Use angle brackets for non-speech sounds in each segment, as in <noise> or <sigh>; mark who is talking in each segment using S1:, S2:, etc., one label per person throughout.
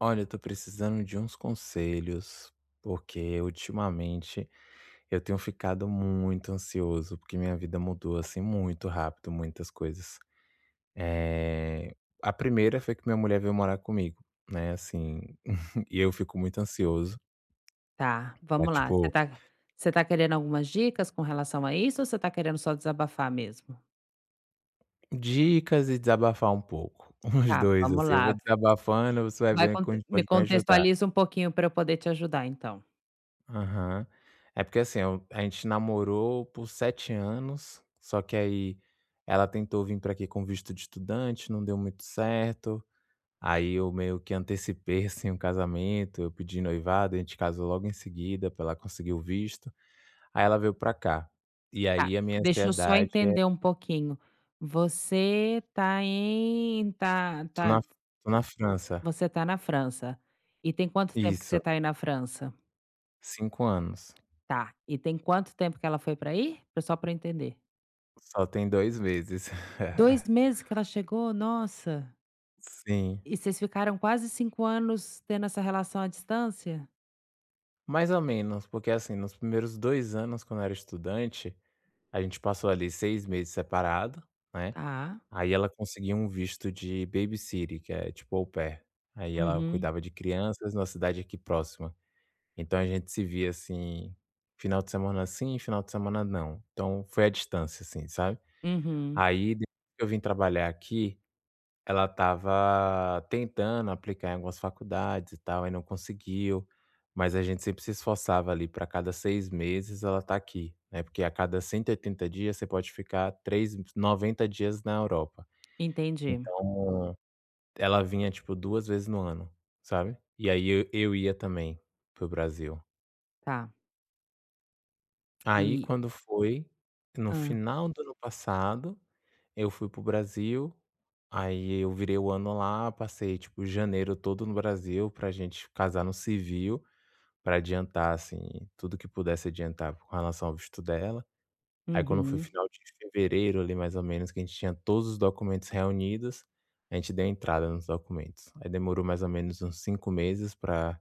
S1: Olha, eu tô precisando de uns conselhos, porque ultimamente eu tenho ficado muito ansioso, porque minha vida mudou assim muito rápido, muitas coisas. Eh, a primeira foi que minha mulher veio morar comigo, né? Assim, <laughs> e eu fico muito ansioso.
S2: Tá,
S1: É
S2: vamos lá. Você
S1: tipo,
S2: tá você tá querendo algumas dicas com relação a isso ou você tá querendo só desabafar mesmo?
S1: dicas e desabafar um pouco. <laughs> Os
S2: Tá,
S1: dois,
S2: vamos
S1: assim, eu vou
S2: lá.
S1: desabafando, você vai
S2: Vai
S1: vendo
S2: cont
S1: como a gente
S2: me
S1: pode me ajudar.
S2: contextualiza um pouquinho para eu poder te ajudar então.
S1: Aham. É porque assim, eu a gente namorou por 7 anos, só que aí ela tentou vir pra aqui com visto de estudante, não deu muito certo. Aí eu meio que antecipei, <laughs> assim, o casamento, eu pedi noivado, a gente casou logo em seguida pra ela conseguir o visto. Aí ela veio pra cá. E
S2: Tá,
S1: aí a minha
S2: deixa eu só
S1: ansiedade é
S2: entender um pouquinho. Você tá em tá
S1: tô
S2: tá
S1: na tô na França.
S2: você tá na França. E tem quanto tempo que
S1: Isso,
S2: você tá aí na França?
S1: 5 anos.
S2: Tá. E tem quanto tempo que ela foi para aí? Pra só para entender.
S1: Só tem 2 meses. <laughs>
S2: Dois meses que ela chegou? Nossa!
S1: Sim.
S2: E vocês ficaram quase 5 anos tendo essa relação à distância?
S1: Mais ou menos, porque assim, nos primeiros 2 anos, quando eu era estudante, a gente passou ali 6 meses separado, né,
S2: Tá.
S1: aí ela conseguiu um visto de babysitter, que é tipo au pair. Aí ela
S2: Uhum,
S1: cuidava de crianças numa cidade aqui próxima. Então a gente se via, assim, final de semana sim, final de semana não. Então foi à distância, assim, sabe.
S2: uhum.
S1: Aí depois que eu vim trabalhar aqui ela estava tentando aplicar em algumas faculdades e tal, aí não conseguiu, mas a gente sempre se esforçava ali para cada 6 meses ela tá aqui, né, porque a cada 180 dias você pode ficar 3 90 dias na Europa.
S2: Entendi.
S1: Então, ela vinha, tipo, 2 vezes no ano, sabe. E aí eu ia também pro Brasil.
S2: Tá.
S1: Aí
S2: E
S1: quando foi, no
S2: hã.
S1: final do ano passado eu fui pro Brasil, aí eu virei o ano lá, passei, tipo, janeiro todo no Brasil pra gente casar no civil, pra adiantar, assim, tudo que pudesse adiantar com relação ao visto dela. Aí quando foi
S2: Uhum.
S1: final de fevereiro ali, mais ou menos, que a gente tinha todos os documentos reunidos, a gente deu entrada nos documentos. Aí demorou mais ou menos uns 5 meses para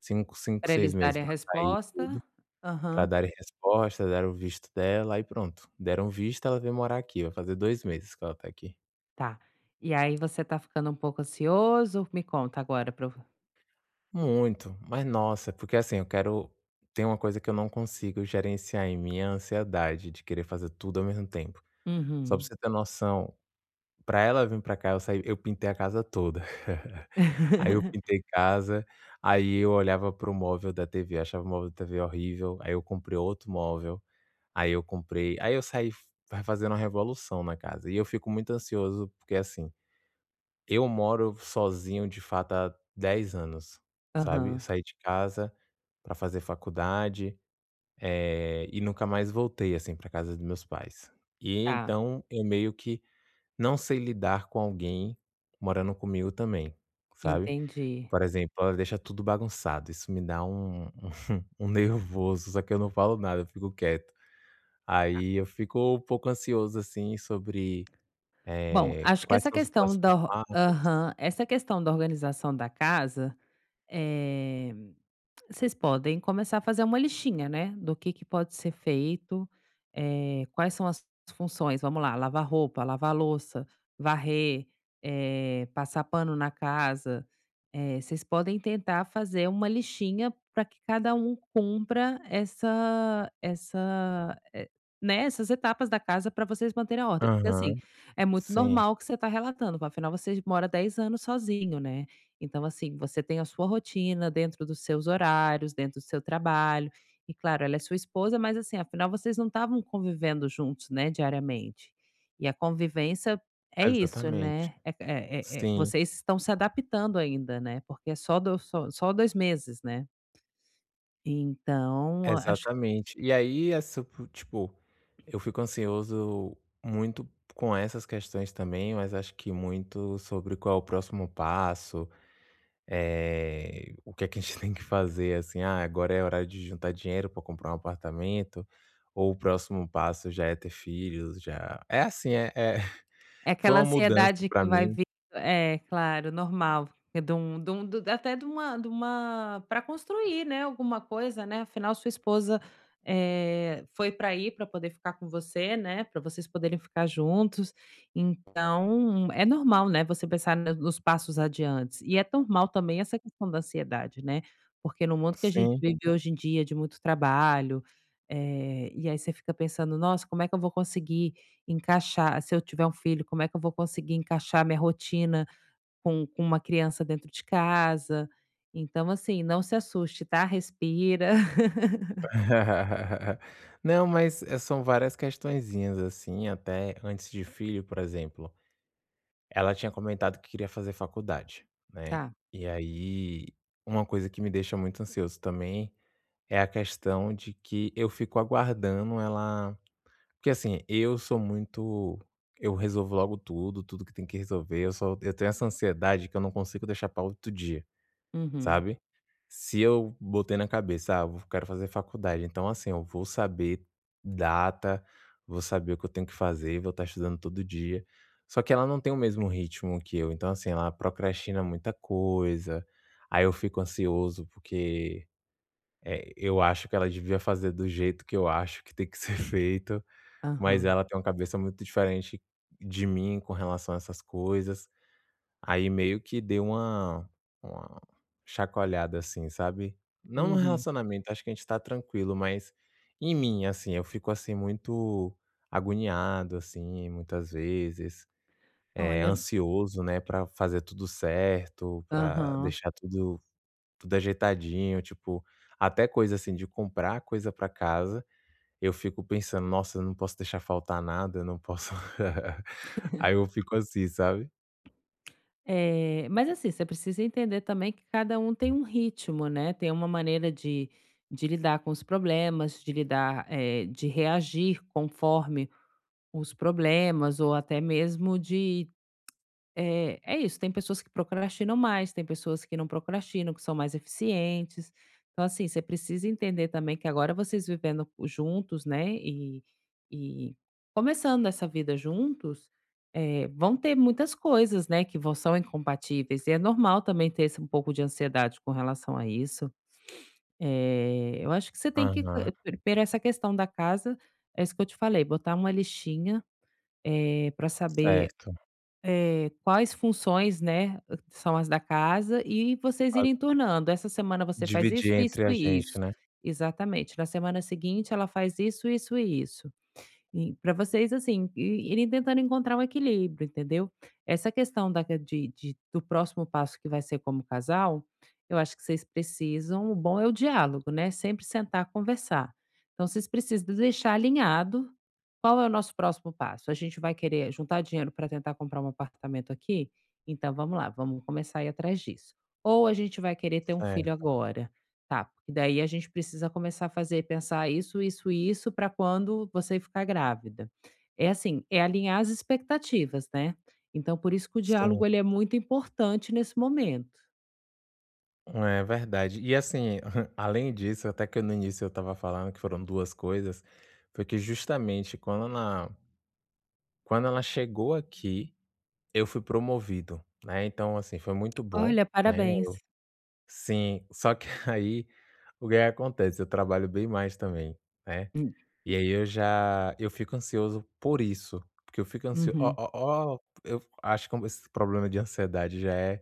S2: Pra
S1: 6
S2: eles
S1: meses
S2: darem a
S1: pra sair,
S2: resposta.
S1: pra
S2: Aham.
S1: darem resposta, deram o visto dela, aí pronto. Deram visto, ela veio morar aqui, vai fazer 2 meses que ela tá aqui.
S2: Tá. E aí você tá ficando um pouco ansioso? Me conta agora pra eu
S1: Muito, mas nossa, porque assim, eu quero tem uma coisa que eu não consigo gerenciar em mim, é a ansiedade de querer fazer tudo ao mesmo tempo. Só pra
S2: Uhum.
S1: você ter noção, pra ela vir pra cá, eu pintei a casa toda. <laughs> Aí eu
S2: <laughs>
S1: pintei casa, aí eu olhava para o móvel da TV, achava o móvel da TV horrível, aí eu comprei outro móvel, aí eu saí fa fazendo uma revolução na casa. E eu fico muito ansioso, porque assim, eu moro sozinho de fato há 10 anos, sabe. Eu
S2: Aham.
S1: saí de casa para fazer faculdade, e nunca mais voltei, assim, para casa dos meus pais. E
S2: Tá,
S1: então eu meio que não sei lidar com alguém morando comigo também, sabe.
S2: entendi.
S1: Por exemplo, ela deixa tudo bagunçado, isso me dá um <laughs> um nervoso, só que eu não falo nada, eu fico quieto. Aí eu fico um pouco ansioso, assim, sobre,
S2: Bom, acho que
S1: quais
S2: essa
S1: são os
S2: questão
S1: próximos
S2: da or
S1: passos.
S2: Aham. Essa questão da organização da casa, eh vocês podem começar a fazer uma listinha, né, do que pode ser feito, quais são as funções, vamos lá, lavar roupa, lavar louça, varrer, passar pano na casa, vocês podem tentar fazer uma listinha para que cada um cumpra essa, né, essas etapas da casa para vocês manterem a ordem, porque assim,
S1: Aham,
S2: é muito
S1: sim.
S2: normal o que você está relatando, afinal você mora 10 anos sozinho, né. Então, assim, você tem a sua rotina dentro dos seus horários, dentro do seu trabalho. E claro, ela é sua esposa, mas assim, afinal vocês não estavam convivendo juntos, né, diariamente. E a convivência é isso,
S1: Exatamente.
S2: né? É
S1: Sim,
S2: vocês estão se adaptando ainda, né? Porque é só do só 2 meses, né? Então, acho
S1: exatamente. E aí essa po tipo, eu fico ansioso muito com essas questões também, mas acho que muito sobre qual é o próximo passo, é o que é que a gente <laughs> tem que fazer, assim, "Ah, agora é hora de juntar dinheiro para comprar um apartamento", ou o próximo passo já é ter filhos, já é assim, <laughs>
S2: É
S1: foi
S2: aquela
S1: uma mudança
S2: ansiedade
S1: para
S2: que vai
S1: mim.
S2: vir é, claro, normal, é de um do até de uma para construir, né, alguma coisa, né, afinal sua esposa, foi para aí para poder ficar com você, né, para vocês poderem ficar juntos, então é normal, né, você pensar no nos passos adiantes. E é normal também essa questão da ansiedade, né, porque no mundo que a gente
S1: Sim.
S2: vive hoje em dia de muito trabalho, e aí você fica pensando: "Nossa, como é que eu vou conseguir encaixar se eu tiver um filho, como é que eu vou conseguir encaixar minha rotina com uma criança dentro de casa." Então, assim, não se assuste, tá, respira. <laughs>
S1: <laughs> Não, mas, são várias questõezinhas, assim, até antes de filho, por exemplo, ela tinha comentado que queria fazer faculdade, né.
S2: Tá.
S1: E aí, uma coisa que me deixa muito ansioso também é a questão de que eu fico aguardando ela porque, assim, eu sou muito eu resolvo logo tudo, tudo que tem que resolver, eu tenho essa ansiedade que eu não consigo deixar pra outro dia,
S2: Uhum.
S1: sabe. Se eu botei na cabeça: "Ah, eu quero fazer faculdade", então, assim, eu vou saber data, vou saber o que eu tenho que fazer, vou estar estudando todo dia. Só que ela não tem o mesmo ritmo que eu, então, assim, ela procrastina muita coisa, aí eu fico ansioso porque, eu acho que ela devia fazer do jeito que eu acho que tem que <laughs> ser feito, mas
S2: Aham.
S1: ela tem uma cabeça muito diferente de mim com relação a essas coisas. Aí meio que deu uma chacoalhada, assim, sabe. Não no
S2: Uhum.
S1: relacionamento, acho que a gente tá tranquilo, mas em mim, assim, eu fico, assim, muito agoniado, assim, muitas vezes,
S2: Olha,
S1: ansioso, né, pra fazer tudo certo, pra
S2: aham.
S1: deixar tudo ajeitadinho, tipo, até coisa, assim, de comprar coisa pra casa, eu fico pensando: "Nossa, eu não posso deixar faltar nada, eu não posso". <laughs> Aí eu fico assim, sabe.
S2: Mas assim, você precisa entender também que cada um tem um ritmo, né, tem uma maneira de lidar com os problemas, de lidar, de reagir conforme os problemas ou até mesmo de É, é isso, tem pessoas que procrastinam mais, tem pessoas que não procrastinam, que são mais eficientes. Então, assim, você precisa entender também que agora vocês vivendo juntos, né, e começando essa vida juntos, é, vão- ter muitas coisas, né, que são incompatíveis. E é normal também ter esse, um pouco de ansiedade com relação a isso. É, eu acho que você tem que,
S1: Aham,
S2: primeiro, essa questão da casa, é isso que eu te falei, botar uma listinha para saber
S1: certo.
S2: é, quais funções, né, são as da casa e vocês irem tornando. Essa semana você faz
S1: Dividir
S2: isso, isso
S1: entre a
S2: e isso.
S1: gente, né.
S2: Exatamente. Na semana seguinte ela faz isso, isso e isso para vocês, assim, i irem tentando encontrar um equilíbrio, entendeu. Essa questão da de do próximo passo que vai ser como casal, eu acho que vocês precisam o bom é o diálogo, né, sempre sentar, conversar. Então vocês precisam deixar alinhado qual é o nosso próximo passo. A gente vai querer juntar dinheiro para tentar comprar um apartamento aqui? Então vamos lá, vamos começar a ir atrás disso. Ou a gente vai querer ter um
S1: É,
S2: filho agora? Tá, porque daí a gente precisa começar a fazer pensar isso, isso e isso para quando você ficar grávida. É assim, é alinhar as expectativas, né. Então por isso que o
S1: sim,
S2: diálogo ele é muito importante nesse momento.
S1: é verdade. E assim, <laughs> além disso, até que no início eu estava falando que foram 2 coisas, foi que justamente quando ela chegou aqui, eu fui promovido, né, então assim, foi muito bom,
S2: Olha,
S1: né.
S2: parabéns.
S1: Sim, só que <laughs> aí, o que acontece, eu trabalho bem mais também, né,
S2: Hum,
S1: e aí eu fico ansioso por isso, porque eu fico ansio ó
S2: uhum.
S1: ó ó, eu acho que esse problema de ansiedade já é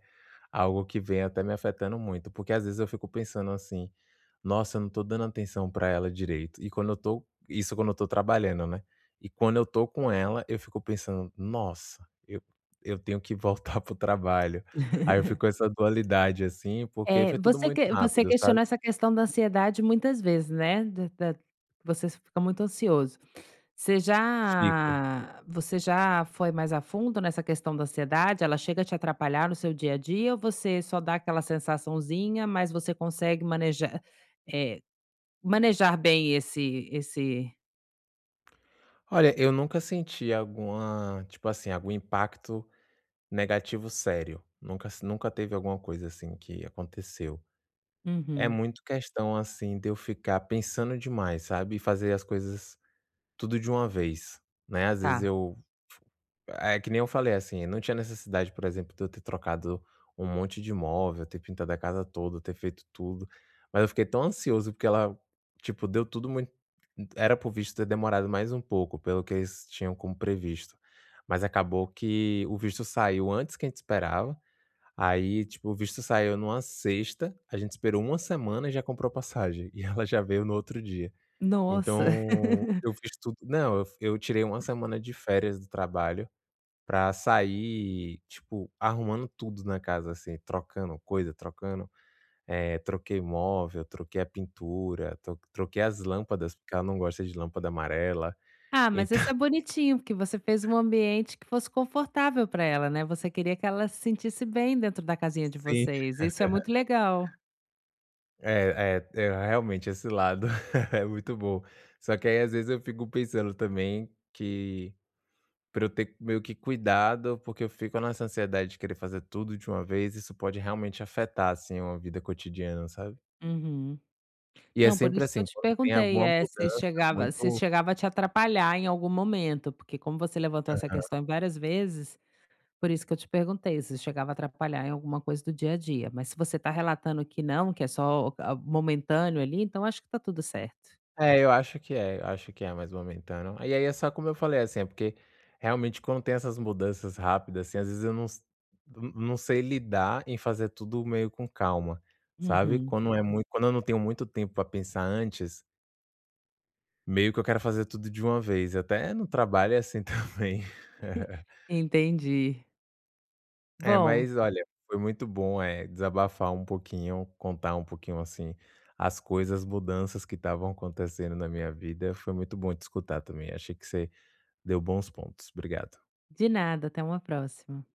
S1: algo que vem até me afetando muito, porque às vezes eu fico pensando assim: "Nossa, eu não tô dando atenção pra ela direito", quando eu tô trabalhando, né. E quando eu tô com ela, eu fico pensando: "Nossa, eu tenho que voltar <laughs> pro trabalho". Aí eu fico com essa dualidade, assim, porque
S2: Eh,
S1: foi tudo
S2: você
S1: muito
S2: que você
S1: rápido, sabe.
S2: questionou essa questão da ansiedade muitas vezes, né, da da você fica muito ansioso. Você
S1: Fico.
S2: já você já foi mais a fundo nessa questão da ansiedade? Ela chega a te atrapalhar no seu dia a dia ou você só dá aquela sensaçãozinha, mas você consegue manejar, eh, manejar bem esse
S1: Olha, eu nunca senti alguma tipo assim, algum impacto negativo sério. Nunca teve alguma coisa assim que aconteceu. É
S2: uhum,
S1: muito questão, assim, de eu ficar pensando demais, sabe, e fazer as coisas tudo de uma vez, né. Às vezes
S2: tá.
S1: eu é que nem eu falei, assim, não tinha necessidade, por exemplo, de eu ter trocado um monte de móvel, ter pintado a casa toda, ter feito tudo, mas eu fiquei tão ansioso porque ela, tipo, deu tudo muito era por visto ter demorado mais um pouco, pelo que eles tinham como previsto, mas acabou que o visto saiu antes que a gente esperava. Aí, tipo, o visto saiu numa sexta, a gente esperou uma semana e já comprou passagem, <laughs> e ela já veio no outro dia.
S2: Nossa. <laughs>
S1: Então, eu fiz tudo não, eu tirei uma semana de férias do trabalho pra sair, tipo, arrumando tudo na casa, assim, trocando coisa, trocando, eh, troquei móvel, troquei a pintura, troquei as lâmpadas, porque ela não gosta de lâmpada amarela,
S2: Ah, mas
S1: então
S2: isso é bonitinho, porque você fez um ambiente que fosse confortável para ela, né, você queria que ela se sentisse bem dentro da
S1: <laughs>
S2: casinha de
S1: sim.
S2: vocês, isso é muito legal.
S1: É realmente esse lado <laughs> é muito bom. Só que aí às vezes eu fico pensando também que para eu ter meio que cuidado, porque eu fico nessa ansiedade de querer fazer tudo de uma vez, isso pode realmente afetar assim uma vida cotidiana, sabe?
S2: Uhum.
S1: E é
S2: Não, por
S1: sempre
S2: isso que eu
S1: assim,
S2: te
S1: quando tem
S2: perguntei,
S1: alguma
S2: se
S1: mudança
S2: chegava se
S1: muito.
S2: chegava a te atrapalhar em algum momento, porque como você levantou essa questão várias vezes, por isso que eu te perguntei se chegava a atrapalhar em alguma coisa do dia a dia, mas se você está relatando que não, que é só a momentâneo ali, então acho que está tudo certo.
S1: Eu acho que é mais momentâneo. E aí é só como eu falei, assim, é porque realmente quando tem essas mudanças rápidas, assim, às vezes eu não, s- n- não sei lidar em fazer tudo meio com calma, sabe?
S2: Uhum,
S1: Quando é muito, quando eu não tenho muito tempo para pensar antes, meio que eu quero fazer tudo de uma vez. Até no trabalho é assim <laughs> também. <laughs>
S2: entendi.
S1: É,
S2: Bom,
S1: mas olha, foi muito bom, é, desabafar um pouquinho, contar um pouquinho assim as coisas, as mudanças que estavam acontecendo na minha vida. Foi muito bom te escutar também. Achei que você deu bons pontos. Obrigado.
S2: de nada, até uma próxima.